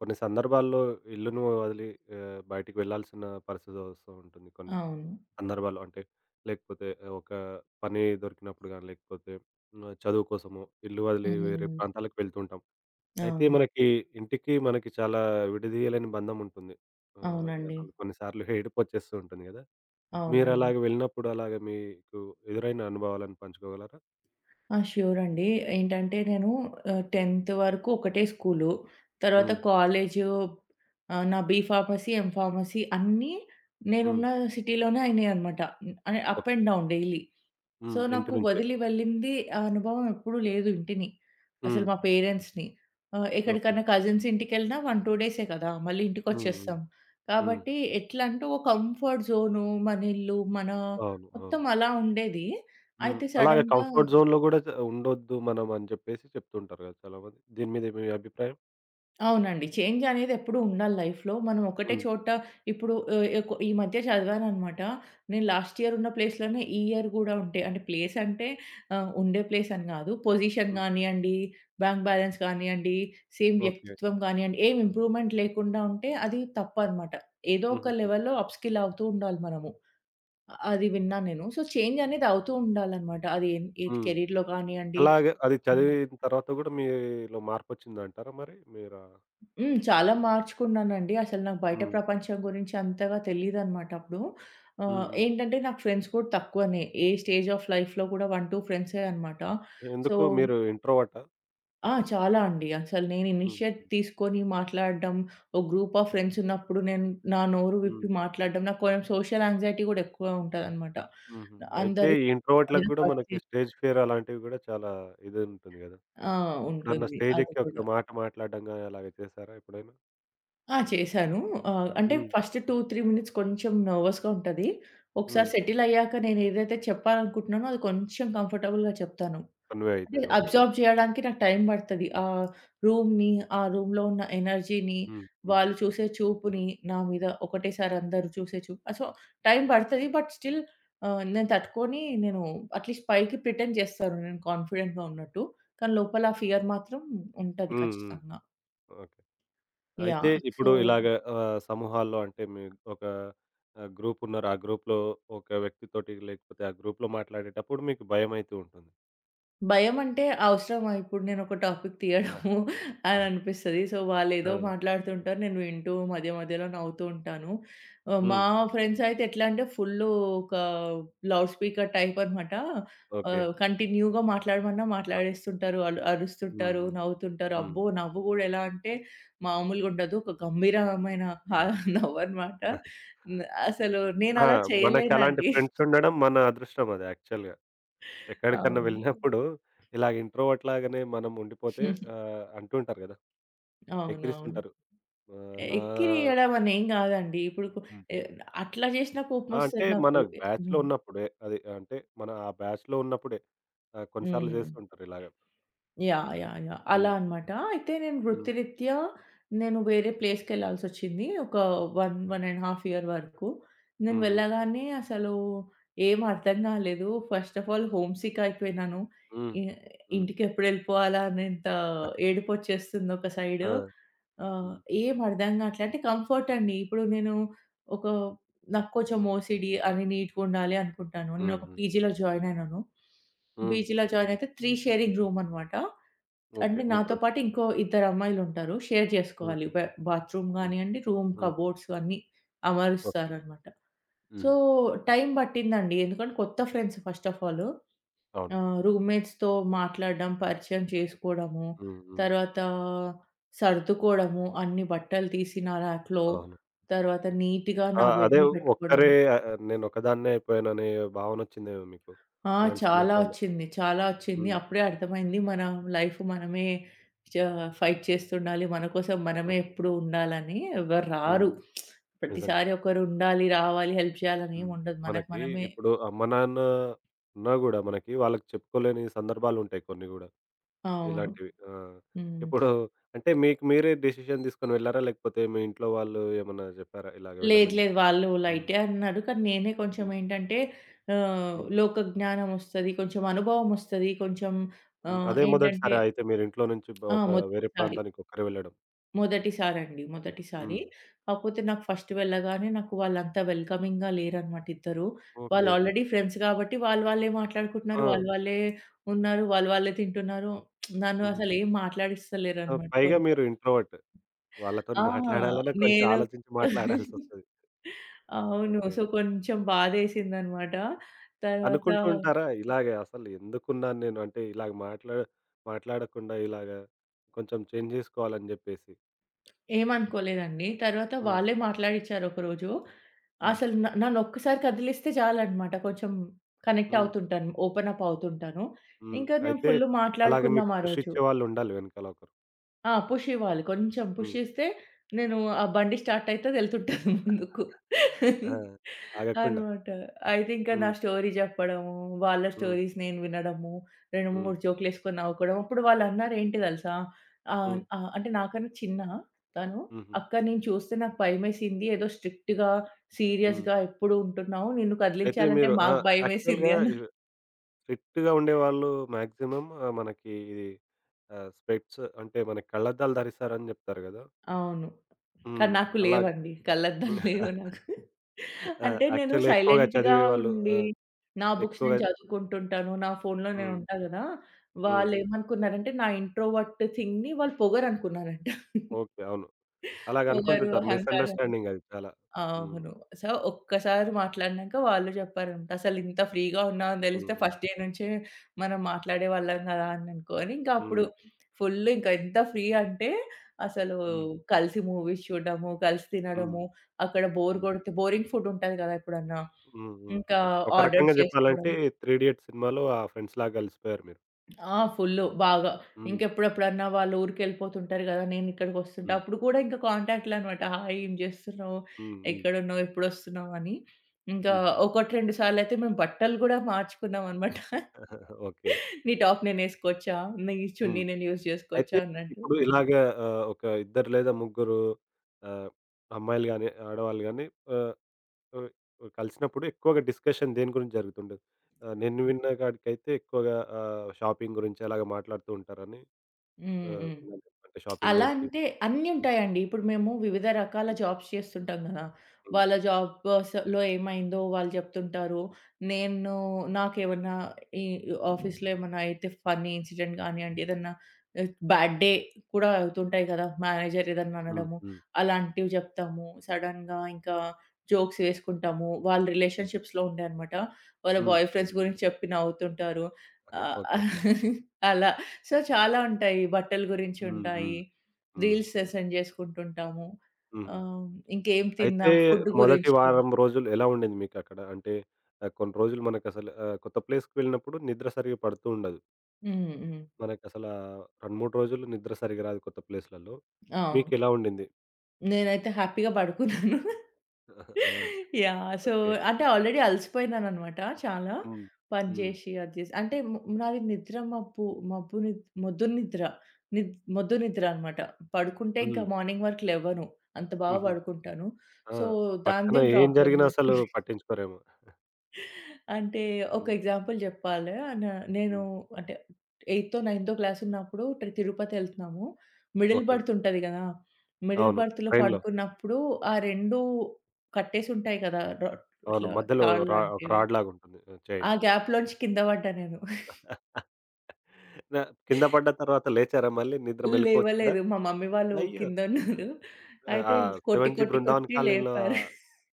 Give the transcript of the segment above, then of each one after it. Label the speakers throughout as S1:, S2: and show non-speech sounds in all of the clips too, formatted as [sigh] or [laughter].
S1: కొన్ని సందర్భాల్లో ఇల్లును వదిలి బయటికి వెళ్ళాల్సిన పరిస్థితి వస్తూ ఉంటుంది. కొన్ని
S2: అవును.
S1: సందర్భాల్లో అంటే లేకపోతే ఒక పని దొరికినప్పుడు గాని, లేకపోతే హ్మ్. చదువు కోసమో ఇల్లు వదిలి వేరే
S2: హ్మ్.
S1: ప్రాంతాలకు వెళ్తూ ఉంటాం. అయితే
S2: అవును.
S1: మనకి ఇంటికి మనకి చాలా విడదీయలేని బంధం ఉంటుంది.
S2: అవునండి.
S1: అసలు కొన్నిసార్లు ఏడుపొచ్చేస్తూ ఉంటుంది గదా!
S2: అవునండి.
S1: మీరలాగ వెళ్ళినప్పుడు అలాగ మీకు ఎదురైన అనుభవాలను పంచుకోగలరా?
S2: ఆ! ష్యూర్ అండి. ఏంటంటే నేను 10థ్ వరకు ఒకటే స్కూలు. తర్వాత
S1: హ్మ్.
S2: కాలేజు, నా బీ ఫార్మసీ, ఎం ఫార్మసీ అన్నీ
S1: హ్మ్.
S2: నేనున్న సిటీలోనే అయినాయనమాట. Up
S1: okay.
S2: And down daily. So,
S1: hmm. ఇంటి
S2: నాకు
S1: నుంచే.
S2: వదిలి వెళ్ళింది ఆ అనుభవం ఎప్పుడూ లేదు ఇంటిని. అసలు
S1: హ్మ్.
S2: మా పేరెంట్స్‌ని.
S1: ఓకే.
S2: ఎక్కడికన్నా కజిన్స్ ఇంటికెళ్ళినా 1, 2 డేసే కదా! మళ్ళీ
S1: హ్మ్. హ్మ్.
S2: ఇంటికొచ్చేస్తాం.
S1: హ్మ్.
S2: కాబట్టి ఎట్లంటే ఓ కంఫర్ట్ జోను, మనిల్లు, మన
S1: అవును.
S2: మొత్తం
S1: అవును.
S2: అలా ఉండేది.
S1: హ్మ్.
S2: అయితే
S1: అలాగే
S2: సడెన్‌గా
S1: కంఫర్ట్ జోన్‌లో గూడా చ ఉండొద్దు మనం అని జెప్పేసి చెప్తుంటారు గదా! చాలామంది. దీని మీద మీ అభిప్రాయం?
S2: అవునండి. చేంజ్ అనేది ఎప్పుడూ ఉండాలి లైఫ్‌లో. మనం ఒకటే
S1: హ్మ్.
S2: చోట ఇప్పుడు ఆహ్, ఎకొ ఈ మధ్య చదివాననమాట. నేను లాస్ట్ ఇయర్ ఉన్న ప్లేస్‌లోనే ఈ ఇయర్ గూడా ఉంటే అంటే ప్లేస్ అంటే ఉండే ప్లేస్ అని గాదు. పొజిషన్
S1: హ్మ్.
S2: గానియ్యండి, బ్యాంక్ బ్యాలెన్స్ కానియ్యండి, సేమ్
S1: ఓకే.
S2: వ్యక్తిత్వం కానియ్యండి, ఏం ఇంప్రూవ్‌మెంట్ లేకుండా ఉంటే అది తప్పనమాట. ఏదో ఒక
S1: హుహుహు.
S2: లెవెల్‌లో అప్‌స్కిల్ అవుతూ ఉండాలి మనము. అది విన్నాను నేను. సో, చేంజ్ అనేది అవుతూ ఉండాలనమాట. అది ఏది
S1: హ్మ్. హ్మ్.
S2: కెరీర్‌లో కానియ్యండి.
S1: అలాగే అది
S2: హ్మ్.
S1: చదివిన తర్వాత గూడా మీలో మార్పొచ్చిందంటారా మరి? మీరా
S2: హ్మ్. చాలా మార్చుకున్నానండి. అసలు నాకు బయట
S1: హ్మ్.
S2: ప్రపంచం గురించి అంతగా తెలీదనమాట అప్పుడు.
S1: హ్మ్. హ్మ్.
S2: ఏంటంటే నాకు ఫ్రెండ్స్ కూడా తక్కువనే. ఏ స్టేజ్ ఆఫ్ లైఫ్‌లో కూడా 1, 2 ఫ్రెండ్సే అనమాట. సో
S1: ఎందుకు మీరు ఇంట్రోవర్టా?
S2: ఆ! చాలా అండి. అసలు నేను
S1: హ్మ్.
S2: ఇనిషియేట్ తీసుకొని మాట్లాడడం, ఒక గ్రూప్ ఆఫ్ ఫ్రెండ్స్ ఉన్నప్పుడు నేను నా నోరు
S1: హ్మ్.
S2: విప్పి మాట్లాడడం, నాకు కొంచెం సోషల్ యాంగ్జైటీ కూడా ఎక్కువ ఉంటదనమాట.
S1: హుహు. అయితే
S2: అందరి
S1: ఈ ఇంట్రోవర్ట్‌లకి
S2: మీద
S1: గూడా
S2: పడితే
S1: మనకి స్టేజ్ ఫియర్ అలాంటివి గూడా చాలా ఇదుంటుంది గదా!
S2: ఆ!
S1: ఎప్పుడన్నా
S2: ఉంటుంది. అది
S1: స్టేజెక్కి
S2: కూడా.
S1: ఒక మాట మాట్లాడడం గాని అలాగ చేశారా ఎప్పుడైనా?
S2: ఆ! చేశాను. అంటే
S1: హ్మ్.
S2: ఫస్ట్ 2, 3 మినిట్స్ కొంచెం నర్వస్‌గా ఉంటది. ఒకసారి
S1: హ్మ్.
S2: సెటిల్ అయ్యాక నేను ఏదైతే చెప్పాలనుకుంటున్నానో అది కొంచెం కంఫర్టబుల్‌గా చెప్తాను.
S1: కన్వే
S2: అంటే
S1: అయితది. ఓకే.
S2: అబ్జార్బ్ చేయడానికి నాకు టైం పడతది. ఆ రూమ్‌ని, ఆ రూమ్‌లో ఉన్న ఎనర్జీని,
S1: హ్మ్. హ్మ్.
S2: వాళ్ళు చూసే చూపుని, నా మీద ఒకటేసారి అందరూ చూసే చూపు, సో, టైం పడతది. బట్ స్టిల్ నేను తట్టుకొని అట్‌లీస్ట్ పైకి ప్రిటెండ్ చేస్తాను నేను కాన్ఫిడెంట్‌గా ఉన్నట్టు. కానీ లోపల ఆ ఫియర్ మాత్రం ఉంటది
S1: హ్మ్. హ్మ్.
S2: ఖచ్చితంగా.
S1: ఓకే. అయితే
S2: యాహ్! సో,
S1: ఇప్పుడు ఇలాగ సమూహాల్లో అంటే మీ ఒక గ్రూప్ ఉన్నారు. ఆ గ్రూప్‌లో ఒక వ్యక్తితోటి లేకపోతే ఆ గ్రూప్‌లో మాట్లాడేటప్పుడు మీకు భయమైతూ ఉంటుంది.
S2: భయమంటే అవసరమా ఇప్పుడు నేనొక టాపిక్ తీయడము
S1: [laughs]
S2: [laughs] అని అనిపిస్తది. సో,
S1: ఆ!
S2: వాళ్ళేదో మాట్లాడుతుంటారు. నేను వింటూ మధ్య మధ్యలో నవ్వుతూ ఉంటాను. మా
S1: హ్మ్.
S2: ఫ్రెండ్స్ అయితే ఎట్లా అంటే ఫుల్లు ఒక లౌడ్ స్పీకర్ టైప్ అనమాట.
S1: ఓకే.
S2: కంటిన్యూగా మాట్లాడమన్నా
S1: పర్లేదు.
S2: మాట్లాడేస్తుంటారు. అరుస్తుంటారు,
S1: హ్మ్.
S2: నవ్వుతుంటారు.
S1: హ్మ్.
S2: అబ్బో! నవ్వు గూడా ఎలా అంటే మామూలుగా ఉండదు. ఒక గంభీరమైన [laughs] హా
S1: హ్మ్.
S2: నవ్వనమాట. న్ అసలు
S1: ఆ!
S2: నేనలా
S1: మనకి అలాంటి
S2: చేయలేనండి.
S1: ఫ్రెండ్స్ ఉండడం మన అదృష్టం అది యాక్చువల్‌గా. ఎక్కడికన్నా
S2: అవును.
S1: వెళ్ళినప్పుడు ఇలాగ ఇంట్రోవర్ట్ లాగానే మనం ఉండిపోతే
S2: [laughs]
S1: అంటూ ఉంటారు గదా!
S2: అవునవును.
S1: ఎక్కిరిస్తుంటారు. ఆహ్, నా
S2: ఎక్కిరియ్యడం అనేం గాదండి. ఇప్పుడు కు ఎ అట్లా జేసినా
S1: ఆ! అంటే
S2: కోపమొస్తది
S1: మన
S2: నాకు.
S1: బ్యాచ్‌లో
S2: హ్మ్.
S1: ఉన్నప్పుడే. అది అంటే మన ఆ బ్యాచ్‌లో ఉన్నప్పుడే. కొన్నిసార్లు
S2: హ్మ్.
S1: చేస్తూ ఉంటారు ఇలాగ.
S2: యాహ్! యాహ్! యాహ్! అలా
S1: హ్మ్.
S2: అన్నమాట. అయితే నేను
S1: హ్మ్.
S2: వృత్తిరీత్యా నేను వేరే ప్లేస్‌కెళ్ళాల్సొచ్చింది. ఒక 1,
S1: ఓకే.
S2: 1 ½ ఇయర్ వరకు. నేను
S1: హుహు.
S2: వెళ్ళగానే అసలు ఏం అర్థం కాలేదు. First of all home sick అయిపోయినాను.
S1: హ్మ్.
S2: ఇ
S1: హ్మ్.
S2: ఇంటికెప్పుడెళ్ళిపోవాలా అనేంత
S1: ఆ!
S2: ఏడుపొచ్చేస్తుంది ఒక సైడు. ఆహ్,
S1: హ్మ్.
S2: ఏం అర్థం కావట్లే. అంటే కంఫర్ట్ అండి. ఇప్పుడు నేను ఒక, నాకు కొంచెం ఓసీడీ అని నీట్‌గుండాలి అనుకుంటాను. నేను
S1: హ్మ్.
S2: ఒక
S1: హ్మ్.
S2: పీజీలో జాయిన్ అయినాను.
S1: హ్మ్.
S2: బీచ్‌లో జాయిన్ అయితే 3 షేరింగ్ రూమ్ అనమాట.
S1: ఓకే.
S2: అంటే నాతో
S1: ముగ్గురుంటారు.
S2: పాటు ఇంకో ఇద్దరు అమ్మాయిలుంటారు. షేర్
S1: హ్మ్.
S2: చేసుకోవాలి. బాత్రూమ్
S1: హ్మ్.
S2: గానియండి, రూమ్
S1: హ్మ్.
S2: కబోర్డ్స్ అన్నీ
S1: ఓకే.
S2: అమరుస్తారనమాట. సో,
S1: హుహు.
S2: టైం పట్టిందండి. ఎందుకంటే కొత్త ఫ్రెండ్స్ ఫస్ట్ ఆఫ్ ఆల్.
S1: అవును.
S2: రూమ్‌మేట్స్‌తో మాట్లాడడం, పరిచయం చేసుకోవడము,
S1: హ్మ్. హ్మ్.
S2: తర్వాత సర్దుకోవడము, అన్ని బట్టలు తీసి నా ర్యాక్‌లో,
S1: అవును.
S2: తర్వాత నీట్‌గా
S1: ఆ!
S2: నా
S1: అదే
S2: బెడ్‌ని పెట్టుకోవడం.
S1: ఒక్కరే నేనొక్కదాన్నే అయిపోయాననే భావనొచ్చిందేమో మీకు
S2: ఆ!
S1: అలాంటి
S2: చాలా
S1: సందర్భాల్లో?
S2: ఒచ్చింది. చాలా ఒచ్చింది.
S1: హ్మ్.
S2: అప్పుడే అర్థమైంది మన లైఫ్ మనమే చా ఫైట్ చేస్తుండాలి. మన కోసం మనమే
S1: ఓకే.
S2: ఎప్పుడూ ఉండాలని ఎవరు
S1: హ్మ్.
S2: రారు.
S1: నిజంగా.
S2: ప్రతిసారి ఒకరు ఉండాలి, రావాలి, హెల్ప్ చేయాలని
S1: హ్మ్.
S2: ఏమి ఉండదు. మనకు
S1: మనకి
S2: మనమే.
S1: ఇప్పుడు అమ్మ, నాన్న ఉన్నా గూడా మనకి వాళ్ళకి చెప్పుకోలేని సందర్భాలుంటాయి కొన్ని గూడా
S2: అవును.
S1: ఇలాంటివి. ఆ!
S2: హ్మ్.
S1: ఇప్పుడు అంటే మీకు మీరే డెసిషన్ తీసుకొని వెళ్లారా? లేకపోతే మీ ఇంట్లో వాళ్ళు ఏమన్నా జెప్పారా ఇలాగ
S2: లేదు,
S1: వెళ్ళమని
S2: లేదు.
S1: జెప్పి?
S2: వాళ్ళు
S1: హ్మ్.
S2: లైటే అన్నారు. కానీ నేనే కొంచెం
S1: హ్మ్.
S2: ఏంటంటే
S1: హ్మ్.
S2: లోక జ్ఞానం వస్తది. కొంచెం అనుభవం వస్తది. కొంచెం
S1: హ్మ్. అదే
S2: ఏంటంటే
S1: మొదటిసారా అయితే మీరు ఇంట్లో నుంచి బ
S2: ఆ!
S1: ఒక వేరే
S2: మొదటిసారి.
S1: ప్రాంతానికి ఒక్కరే వెళ్ళడం?
S2: మొదటిసారండి. మొదటిసారి.
S1: హ్మ్.
S2: కాకపోతే నాకు ఫస్ట్ వెళ్ళగానే నాకు వాళ్ళంతా వెల్కమింగ్‌గా లేరనమాట ఇద్దరు. వాళ్ళు
S1: ఓకే.
S2: ఆల్రెడీ ఫ్రెండ్స్ కాబట్టి వాళ్ళు వాళ్ళే
S1: ఆ!
S2: మాట్లాడుకుంటున్నారు. వాళ్ళు వాళ్ళే ఉన్నారు. వాళ్ళు వాళ్ళే తింటున్నారు. నన్ను
S1: హుహు.
S2: అసలు ఏం
S1: ఆ!
S2: మాట్లాడిస్తలేరనమాట
S1: పైగా
S2: కొంచెం.
S1: మీరు ఇంట్రోవర్ట్.
S2: ఆ!
S1: వాళ్ళతోని మాట్లాడాలన్నా కొంచెం
S2: నేను
S1: ఆలోచించి
S2: [laughs]
S1: మాట్లాడాల్సొస్తది.
S2: అవును.
S1: ఓకే.
S2: సో, కొంచెం బాధేసిందనమాట. తర్వాత
S1: అనుకుంటూ ఉంటారా? ఇలాగే అసలు ఎందుకున్నాను నేను? అంటే ఇలాగ మాట్లా మాట్లాడకుండా ఇలాగ కొంచెం చేంజ్ జేసుకోవాలని జెప్పేసి.
S2: ఏమనుకోలేదండి. తర్వాత
S1: హ్మ్.
S2: వాళ్ళే మాట్లాడిచ్చారు ఒకరోజు.
S1: హ్మ్.
S2: అసలు నన్నొక్కసారి కదిలిస్తే చాలనమాట. కొంచెం కనెక్ట్
S1: హ్మ్.
S2: అవుతుంటాను. ఓపెన్ అప్ అవుతుంటాను.
S1: హ్మ్.
S2: ఇంకా నేను
S1: అయితే
S2: ఫుల్
S1: అలాగ మీకు
S2: మాట్లాడుకున్నాం ఆ
S1: పుష్
S2: రోజు.
S1: ఇచ్చేవాళ్ళుండాలి వెనకాల ఒకరు.
S2: ఆ! పుష్ ఇవ్వాలి. కొంచెం పుష్
S1: హ్మ్.
S2: ఇస్తే నేను ఆ బండి స్టార్ట్ అయితది ఎళ్తుంటది [laughs] ముందుకు.
S1: ఆ! ఆగకుండా.
S2: అనమాట. అయితే ఇంకా నా
S1: హ్మ్.
S2: స్టోరీ జెప్పడము, వాళ్ళ
S1: హ్మ్.
S2: స్టోరీస్ నేను వినడము, 2,
S1: హ్మ్.
S2: 3 జోకులేసుకొని నవ్వుకోవడం. అప్పుడు వాళ్ళన్నారేంటి దెలుసా? ఆహ్,
S1: హ్మ్.
S2: ఆహ్, అంటే నాకన్నా చిన్న తను.
S1: హుహు.
S2: "అక్క నిన్ను చూస్తే నాకు భయమేసింది. ఏదో స్ట్రిక్ట్‌గా,
S1: హ్మ్.
S2: సీరియస్‌గా ఎప్పుడు ఉంటున్నావు. నిన్ను
S1: అయితే
S2: కదిలించాలంటే
S1: మీరు ఆ!
S2: మాకు భయమేసింది"
S1: యాక్చువల్‌గా
S2: అన్నారు.
S1: ఇవి స్ట్రిక్ట్‌గా ఉండేవాళ్ళు మాక్సిమం మనకి ఇది స్పెక్ట్స్ అంటే మనకి కళ్ళద్దాలు ధరిస్తారని జెప్తారు గదా!
S2: అవును. కానీ
S1: హ్మ్.
S2: నాకు
S1: అలాగే.
S2: లేవండి. కళ్ళద్దాలు లేవు
S1: [laughs]
S2: నాకు.
S1: ఆ!
S2: అంటే నేను
S1: యాక్చువల్‌గా ఎక్కువగా
S2: సైలెంట్‌గా
S1: చదివేవాళ్ళు ఆ!
S2: ఉండి, నా బుక్స్
S1: ఎక్కువగా
S2: నేను చదువుకుంటుంటాను. నా ఫోన్‌లో నేను
S1: హ్మ్.
S2: ఉంటా గదా!
S1: హ్మ్.
S2: వాళ్ళేమనుకున్నారంటే, నా ఇంట్రోవర్ట్ థింగ్‌ని వాళ్ళు పొగరనుకున్నారంట.
S1: ఓకే. అవును.
S2: పొగరు,
S1: అలాగనుకుంటుంటారు.
S2: అహంకారం.
S1: మిసండర్‌స్టాండింగ్ అది చాలా. హ్మ్.
S2: అవును. సో, ఒక్కసారి మాట్లాడినాక వాళ్ళు చెప్పారంట. "అసలింత ఫ్రీగా ఉన్నావని తెలిస్తే
S1: హ్మ్.
S2: ఫస్ట్ డే నుంచే మనం మాట్లాడేవాళ్ళం కదా!" అని అనుకోని ఇంకా
S1: హ్మ్.
S2: అప్పుడు ఫుల్ ఇంకా ఎంత ఫ్రీ అంటే అసలు
S1: హ్మ్.
S2: కలిసి మూవీస్ చూడడము, కలిసి
S1: హ్మ్.
S2: తినడము, అక్కడ బోర్
S1: హ్మ్.
S2: కొడితే బోరింగ్ ఫుడ్ ఉంటది కదా! ఎప్పుడన్నా.
S1: హ్మ్. హ్మ్.
S2: ఇంకా
S1: ఒక రకంగా
S2: ఆర్డర్స్ చేసుకోవడం.
S1: జెప్పాలంటే 'త్రీ ఇడియట్స్' సినిమాలో ఆ ఫ్రెండ్స్ లాగా కలిసిపోయారు మీరు.
S2: ఆ! ఫుల్లు బాగా.
S1: హ్మ్.
S2: ఇంకెప్పుడెప్పుడన్నా వాళ్ళు ఊరికెళ్ళిపోతుంటారు గదా! నేనిక్కడికొస్తుంటా.
S1: హ్మ్.
S2: అప్పుడు కూడా ఇంకా కాంటాక్ట్‌లో అనమాట. హాయ్ ఏం జేస్తున్నావు?
S1: హ్మ్. హ్మ్.
S2: ఎక్కడున్నావు? ఎప్పుడొస్తున్నావు? అని. ఇంకా
S1: హుహు.
S2: ఒకటి 2 సార్లయితే మేము బట్టలు గూడా మార్చుకున్నాం అనమాట.
S1: [laughs] ఓకే.
S2: నీ టాప్ నేనేసుకోవచ్చా? నీ
S1: హ్మ్.
S2: చున్నీ నేను యూజ్ జేసుకోవచ్చా
S1: అయితే
S2: అన్నట్టు.
S1: ఇప్పుడు ఇలాగ ఒక ఇద్దరు లేదా ముగ్గురు ఆహ్, అమ్మాయిలు గాని, ఆడవాళ్ళు గాని ఆహ్ ఓహ్! ఓహ్! కలిసినప్పుడు ఎక్కువగా డిస్కషన్ దేని గురించి జరుగుతుండేది. నేను విన్న కాడికైతే ఎక్కువగా షాపింగ్ గురించి అలాగా మాట్లాడుతూ ఉంటారని
S2: హ్మ్. హ్మ్.
S1: విన్నాను. అంటే షాపింగ్
S2: అలా
S1: గురించి.
S2: అంటే అన్నీ
S1: హ్మ్.
S2: ఉంటాయండి. ఇప్పుడు మేము వివిధ రకాల జాబ్స్ చేస్తుంటాం గదా!
S1: హ్మ్.
S2: వాళ్ళ జాబ్స్‌లో ఏమైందో వాళ్ళు చెప్తుంటారు. నేను నాకేమన్నా ఈ ఆఫీస్‌లో ఏమన్నా అయితే ఫన్నీ ఇన్సిడెంట్ గానియండి, ఏదన్నా బ్యాడ్ డే కూడా అవుతుంటాయి గదా! మేనేజర్ ఏదన్నా
S1: హ్మ్.
S2: అనడము,
S1: హ్మ్.
S2: అలాంటివి చెప్తాము. సడెన్‌గా ఇంకా జోక్స్ వేసుకుంటాము. వాళ్ళు రిలేషన్‌షిప్స్‌లో ఉండే అనమాట. వాళ్ళ
S1: హ్మ్.
S2: బాయ్ ఫ్రెండ్స్ గురించి చెప్పి నవ్వుతుంటారు.
S1: ఆహా! ఓకే.
S2: ఆహ్, అలా. సో, చాలా ఉంటాయి. బట్టల గురించి
S1: హ్మ్. హ్మ్.
S2: ఉంటాయి.
S1: హ్మ్.
S2: రీల్స్ సెండ్ చేసుకుంటుంటాము.
S1: హుహు.
S2: ఆహ్, ఇంకేం
S1: అయితే
S2: తిందాం ఫుడ్
S1: మొదటి
S2: గురించి కూడా.
S1: వారం రోజులు ఎలా ఉండింది మీకక్కడ? అంటే కొన్ని రోజులు మనకసలు కొత్త ప్లేస్‌కి వెళ్ళినప్పుడు నిద్ర సరిగ్గా పడుతూ ఉండదు.
S2: హ్మ్. హ్మ్.
S1: మనకసలా 2, 3 రోజులు నిద్ర సరిగ్గా రాదు కొత్త ప్లేస్‌లలో.
S2: అవును.
S1: మీకెలా ఉండింది?
S2: నేనైతే హ్యాపీగా పడుకున్నాను.
S1: [laughs] ఆ!
S2: యాహ్! So,
S1: okay.
S2: అంటే ఆల్రెడీ అలసిపోయినాననమాట చాలా.
S1: హ్మ్.
S2: పని
S1: హ్మ్.
S2: చేసి అది చేసి అంటే నాది నిద్ర మబ్బు, మబ్బు ని మొద్దు నిద్ర. మొద్దు నిద్ర అనమాట. పడుకుంటే ఇంకా
S1: హ్మ్.
S2: మార్నింగ్ వరకు లెవ్వను. అంత బాగా
S1: హుహు.
S2: పడుకుంటాను.
S1: ఆ!
S2: సో,
S1: పక్కన
S2: దానిదేం
S1: ఏం
S2: ప్రాబ్లమ్
S1: జరిగినా
S2: లేదు.
S1: అసలు పట్టించుకోరేమో.
S2: అంటే ఒక
S1: హ్మ్.
S2: ఎగ్జాంపుల్ చెప్పాలి. నా నేను
S1: హ్మ్.
S2: అంటే ఎయి‌తో, నైన్‌తో క్లాస్ ఉన్నప్పుడు తిరుపతి ఎళ్తున్నాము. Middle
S1: okay.
S2: బర్త్ ఉంటది గదా! మిడిల్
S1: అవును.
S2: బర్త్‌లో
S1: ట్రైన్‌లో.
S2: పడుకున్నప్పుడు ఆ 2 కట్టేసి ఉంటాయి కదా!
S1: అవును.
S2: ఇట్లా
S1: మధ్యలో
S2: తాళ్ళు
S1: రా ఒక
S2: లాంటివి.
S1: రాడ్ లాగుంటుంది. ఆ! చైన్.
S2: ఆ గ్యాప్‌లోంచి కింద పడ్డా నేను.
S1: [laughs] న కింద పడ్డ తర్వాత లేచారా మళ్ళీ? నిద్ర మెలుకువొచ్చిందా?
S2: లేవలేదు. మా మమ్మీ వాళ్ళు
S1: అయ్యో!
S2: కిందున్నారు.
S1: ఆ!
S2: అయితే కొట్టి
S1: 'సెవెన్ జీ
S2: కొట్టి
S1: బృందావన్
S2: కొట్టి
S1: కాలనీలో'
S2: లేపారు. [laughs]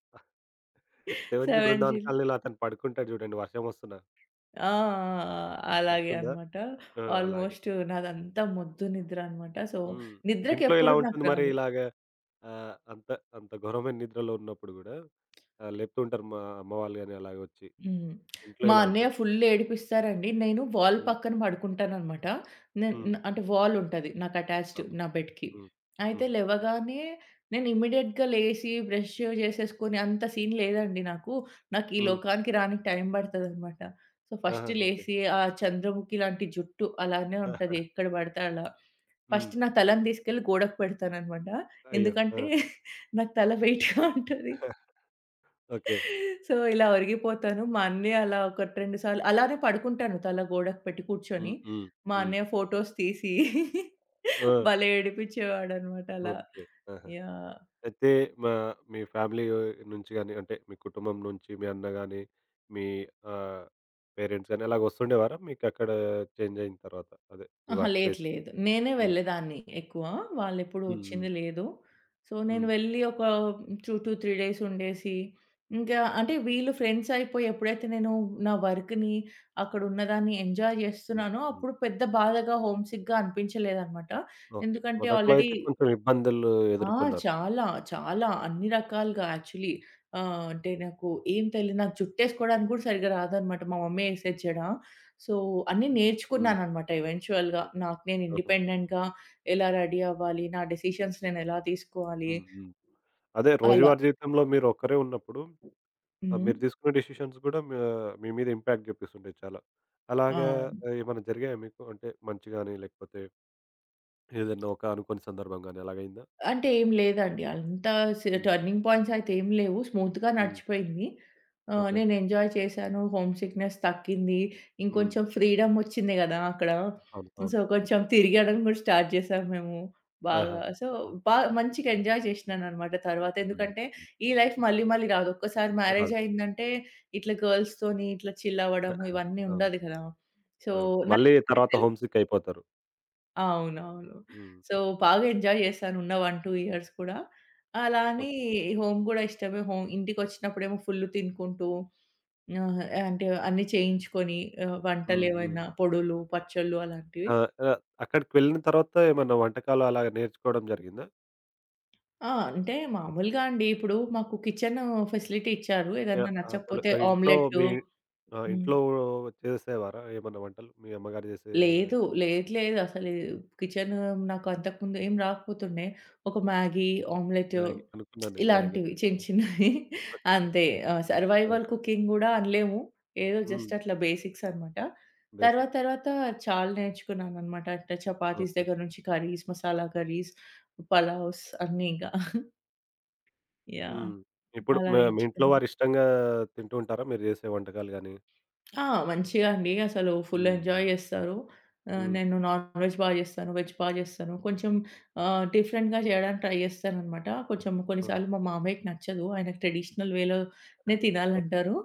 S1: 'సెవెన్ జీ
S2: 7 జీ.
S1: బృందావన్ కాలనీలో' అతను పడుకుంటాడు చూడండి వర్షం వస్తున్నా.
S2: ఆ! ఆ! ఆ! అలాగే
S1: గుర్తుందా?
S2: అన్నమాట.
S1: ఆ! అలాగే.
S2: ఆల్‌మోస్ట్ నాదంతా మొద్దు నిద్ర అన్నమాట. సో,
S1: హ్మ్. ఇంట్లో ఎలా
S2: నిద్రకెప్పుడు నాకు
S1: ఉంటుంది మరి
S2: రాదు.
S1: ఇలాగ అంత అంత ఘోరమైన నిద్రలో ఉన్నప్పుడు గూడా లేపుతూ ఉంటారు మా అమ్మ వాళ్ళు గాని అలాగొచ్చి.
S2: హ్మ్.
S1: ఇంట్లో
S2: మా
S1: ఇలా
S2: అన్నయ్య
S1: ఉంటుంది.
S2: ఫుల్ ఏడిపిస్తారండి. నేను వాల్
S1: హ్మ్.
S2: పక్కన పడుకుంటాననమాట. నేన్
S1: హ్మ్.
S2: న్ అంటే వాల్ ఉంటది నాకు అటాచ్డ్
S1: అవును.
S2: నా బెడ్‌కి.
S1: హ్మ్.
S2: అయితే
S1: హుహు.
S2: లెవగానే నేను ఇమ్మీడియేట్‌గా లేసి బ్రష్ చేసేసుకొని అంత సీన్ లేదండి నాకు. నాకు ఈ
S1: హ్మ్.
S2: లోకానికి రానికి టైం పడతదనమాట. సో,
S1: ఆహా!
S2: First
S1: okay.
S2: లేసి ఆ చంద్రముఖి లాంటి జుట్టు అలానే ఉంటది. ఎక్కడ పడితే అలా.
S1: హ్మ్.
S2: ఫస్ట్ నా తలని తీసుకెళ్ళి గోడకు పెడతాననమాట.
S1: అయ్యో! ఆ!
S2: ఎందుకంటే నాకు తల [laughs] వెయిట్‌గా ఉంటది.
S1: ఓకే.
S2: సో, ఇలా ఒరిగిపోతాను. మా అన్నయ్య అలా ఒకటి, 2 సార్లు అలానే పడుకుంటాను తల గోడకు పెట్టి కూర్చొని.
S1: హ్మ్. హ్మ్.
S2: మా
S1: హ్మ్.
S2: అన్నయ్య ఫోటోస్ తీసి [laughs]
S1: ఆ!
S2: భలే ఏడిపించేవాడనమాట అలా.
S1: ఓకే. ఆహా!
S2: యాహ్!
S1: అయితే మా మీ ఫ్యామిలీ నుంచి గాని, అంటే మీ కుటుంబం నుంచి మీ అన్న గాని, మీ ఆహ్, పేరెంట్స్ గాని అలాగ వస్తుండేవారా? మీకక్కడ చేంజ్ అయిన తర్వాత అదే మీ
S2: అహా!
S1: వర్క్
S2: లేదు,
S1: ప్లేస్‌కి?
S2: లేదు. నేనే
S1: హ్మ్.
S2: వెళ్ళేదాన్ని ఎక్కువ. వాళ్ళెప్పుడు
S1: హ్మ్. హ్మ్.
S2: వచ్చింది లేదు. సో, నేను
S1: హ్మ్.
S2: వెళ్ళి ఒక 2, 3 డేస్ ఉండేసి, ఇంకా అంటే వీళ్ళు ఫ్రెండ్స్ అయిపోయి ఎప్పుడైతే నేను నా వర్క్‌ని, అక్కడ ఉన్నదాన్ని ఎంజాయ్
S1: హ్మ్.
S2: చేస్తున్నానో,
S1: హ్మ్.
S2: అప్పుడు పెద్ద బాధగా, హోమ్ సిక్‌గా అనిపించలేదనమాట.
S1: ఓకే.
S2: ఎందుకంటే
S1: మొదట్లో
S2: ఆల్రెడీ
S1: అయితే కొంచెం ఇబ్బందులు
S2: ఆ!
S1: ఎదుర్కొన్నారు.
S2: చాలా. చాలా. అన్ని రకాలుగా యాక్చువల్లీ. అంటే నాకు ఏం తెలీదు. నాకు జుట్టేసుకోవడానికి కూడా సరిగ్గా రాదనమాట. మా మమ్మీ ఏసేచ్చడా. సో, అన్నీ
S1: హ్మ్.
S2: నేర్చుకున్నాననమాట ఈవెంచుయల్‌గా.
S1: హ్మ్.
S2: నాకు నేను
S1: ఆహా!
S2: ఇండిపెండెంట్‌గా ఎలా రెడీ అవ్వాలి, నా డెసిషన్స్ నేనెలా తీసుకోవాలి
S1: హ్మ్. హ్మ్. అదే
S2: అలా.
S1: రోజువారీ జీవితంలో మీరు ఒక్కరే ఉన్నప్పుడు
S2: హ్మ్.
S1: మీరు తీసుకునే డెసిషన్స్ గూడా మీ మీ మీద ఇంపాక్ట్ జూపిస్తుంటాయి చాలా.
S2: ఆ!
S1: అలాగా ఏమన్నా జరిగాయా మీకు? అంటే మంచి గాని, లేకపోతే ఏదన్నా ఒక అనుకోని సందర్భం గాని అలాగయిందా?
S2: అంటే ఏం లేదండి. అంత
S1: హ్మ్.
S2: టర్నింగ్ పాయింట్స్ అయితే ఏం లేవు. స్మూత్‌గా
S1: హ్మ్.
S2: నడిచిపోయింది.
S1: ఓకే.
S2: నేను ఎంజాయ్ చేశాను. హోమ్ సిక్‌నెస్ తగ్గింది.
S1: హ్మ్.
S2: ఇంకొంచెం ఫ్రీడమ్ వచ్చింది గదా! అక్కడ.
S1: అవును. అవును.
S2: సో, కొంచెం తిరగడం గూడా స్టార్ట్ చేశాం మేము బాగా.
S1: ఆహా!
S2: సో, మంచిగా ఎంజాయ్ చేసినాననమాట తర్వాత.
S1: హ్మ్.
S2: ఎందుకంటే,
S1: హ్మ్.
S2: ఈ లైఫ్ మళ్ళీ మళ్ళీ రాదు. ఒక్కసారి
S1: రాదు.
S2: మ్యారేజ్ అయిందంటే, ఇట్లా గర్ల్స్‌తోని ఇట్లా చిల్ అవ్వడము ఇవన్నీ
S1: అవును.
S2: ఉండదు కదా! సో,
S1: అవును.
S2: నాకు
S1: మళ్ళీ తర్వాత హోమ్ సిక్ అయిపోతారు.
S2: అవునవును.
S1: హ్మ్.
S2: సో, బాగా ఎంజాయ్ చేశాను ఉన్న 1, 2 ఇయర్స్ కూడా. అలా అని
S1: ఓకే.
S2: హోమ్ కూడా ఇష్టమే. హోమ్ ఇంటికొచ్చినప్పుడేమో ఫుల్ తినుకుంటూ ఆహ్, అంటే అన్నీ చేయించుకొని,
S1: హ్మ్. హ్మ్.
S2: వంటలేవైనా పొడులు, పచ్చళ్ళు అలాంటివి.
S1: ఆహ్, ఆహ్, అక్కడికి వెళ్ళిన తర్వాత ఏమన్నా వంటకాలు అలాగా నేర్చుకోవడం జరిగిందా?
S2: ఆ! అంటే మామూలుగా అండి ఇప్పుడు మాకు కిచెన్ ఫెసిలిటీ ఇచ్చారు. ఏదన్నా
S1: యాహ్! అసలు
S2: నచ్చకపోతే
S1: ఇంట్లో
S2: ఆమ్లెట్టు.
S1: మీ ఆ!
S2: హ్మ్.
S1: ఇంట్లో చేసేవారా ఏమన్నా వంటలు? మీ అమ్మగారు చేసే
S2: లేదు. లేదు. లేదు. అసలు కిచెన్ నాకు అంతకుముందు ఏం రాకపోతుండే. ఒక మ్యాగీ, ఆమ్లెట్
S1: మ్యాగీ అనుకున్నాను నేను మ్యాగీ.
S2: ఇలాంటివి చిన్న చిన్నవి
S1: ఓకే.
S2: అంతే.
S1: ఆ!
S2: సర్వైవల్ కుకింగ్ గూడా అనలేము. ఏదో
S1: హ్మ్.
S2: జస్ట్ అట్లా బేసిక్స్ అనమాట.
S1: బేసిక్.
S2: తర్వాత తర్వాత చాలా నేర్చుకున్నాననమాట. అంటే చపాతీస్
S1: ఓకే.
S2: దగ్గర నుంచి కర్రీస్, మసాలా కర్రీస్, పలావ్స్ అన్నీ ఇంకా. యాహ్!
S1: హ్మ్. ఇప్పుడు
S2: అలా
S1: మ మీ ఇంట్లో
S2: నేర్చుకున్నా.
S1: వారు ఇష్టంగా తింటూ ఉంటారా? మీరు చేసే వంటకాలు గాని?
S2: ఆ! మంచిగా అండి. అసలు ఫుల్
S1: హ్మ్.
S2: ఎంజాయ్ చేస్తారు.
S1: హ్మ్.
S2: నేను నాన్ వెజ్ చేస్తాను. వెజ్ చేస్తాను. కొంచెం డిఫరెంట్‌గా చేయడానికి ట్రై చేస్తాననమాట. కొంచెం
S1: హ్మ్.
S2: కొన్నిసార్లు మా మామయ్యకి నచ్చదు. ఆయనకి ట్రెడిషనల్ వేలోనే
S1: ఆ!
S2: తినాలంటారు.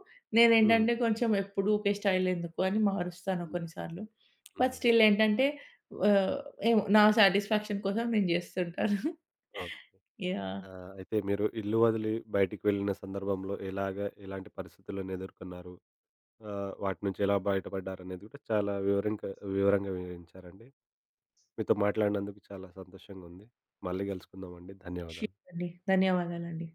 S1: హ్మ్.
S2: నేనేంటంటే కొంచెం ఎప్పుడు ఒకే స్టైల్ ఎందుకు అని మారుస్తాను
S1: హ్మ్.
S2: కొన్నిసార్లు. బట్
S1: హుహు.
S2: స్టిల్ ఏంటంటే ఆహ్, ఏమో నా సాటిస్ఫాక్షన్ కోసం నేను చేస్తుంటాను. [laughs]
S1: ఓకే.
S2: యాహ్!
S1: ఆ! అయితే మీరు ఇల్లు వదిలి బయటికి వెళ్ళిన సందర్భంలో ఎలాగా ఎలాంటి పరిస్థితులను ఎదుర్కొన్నారు? ఆ! వాటి నుంచి ఎలా బయటపడ్డారనేది కూడా చాలా వివరింక వివరంగా వివరించారండి. మీతో మాట్లాడినందుకు చాలా సంతోషంగా ఉంది. మళ్ళీ కలుసుకుందామండి. ధన్యవాదాలు.
S2: ష్యూర్ అండి. ధన్యవాదాలండి.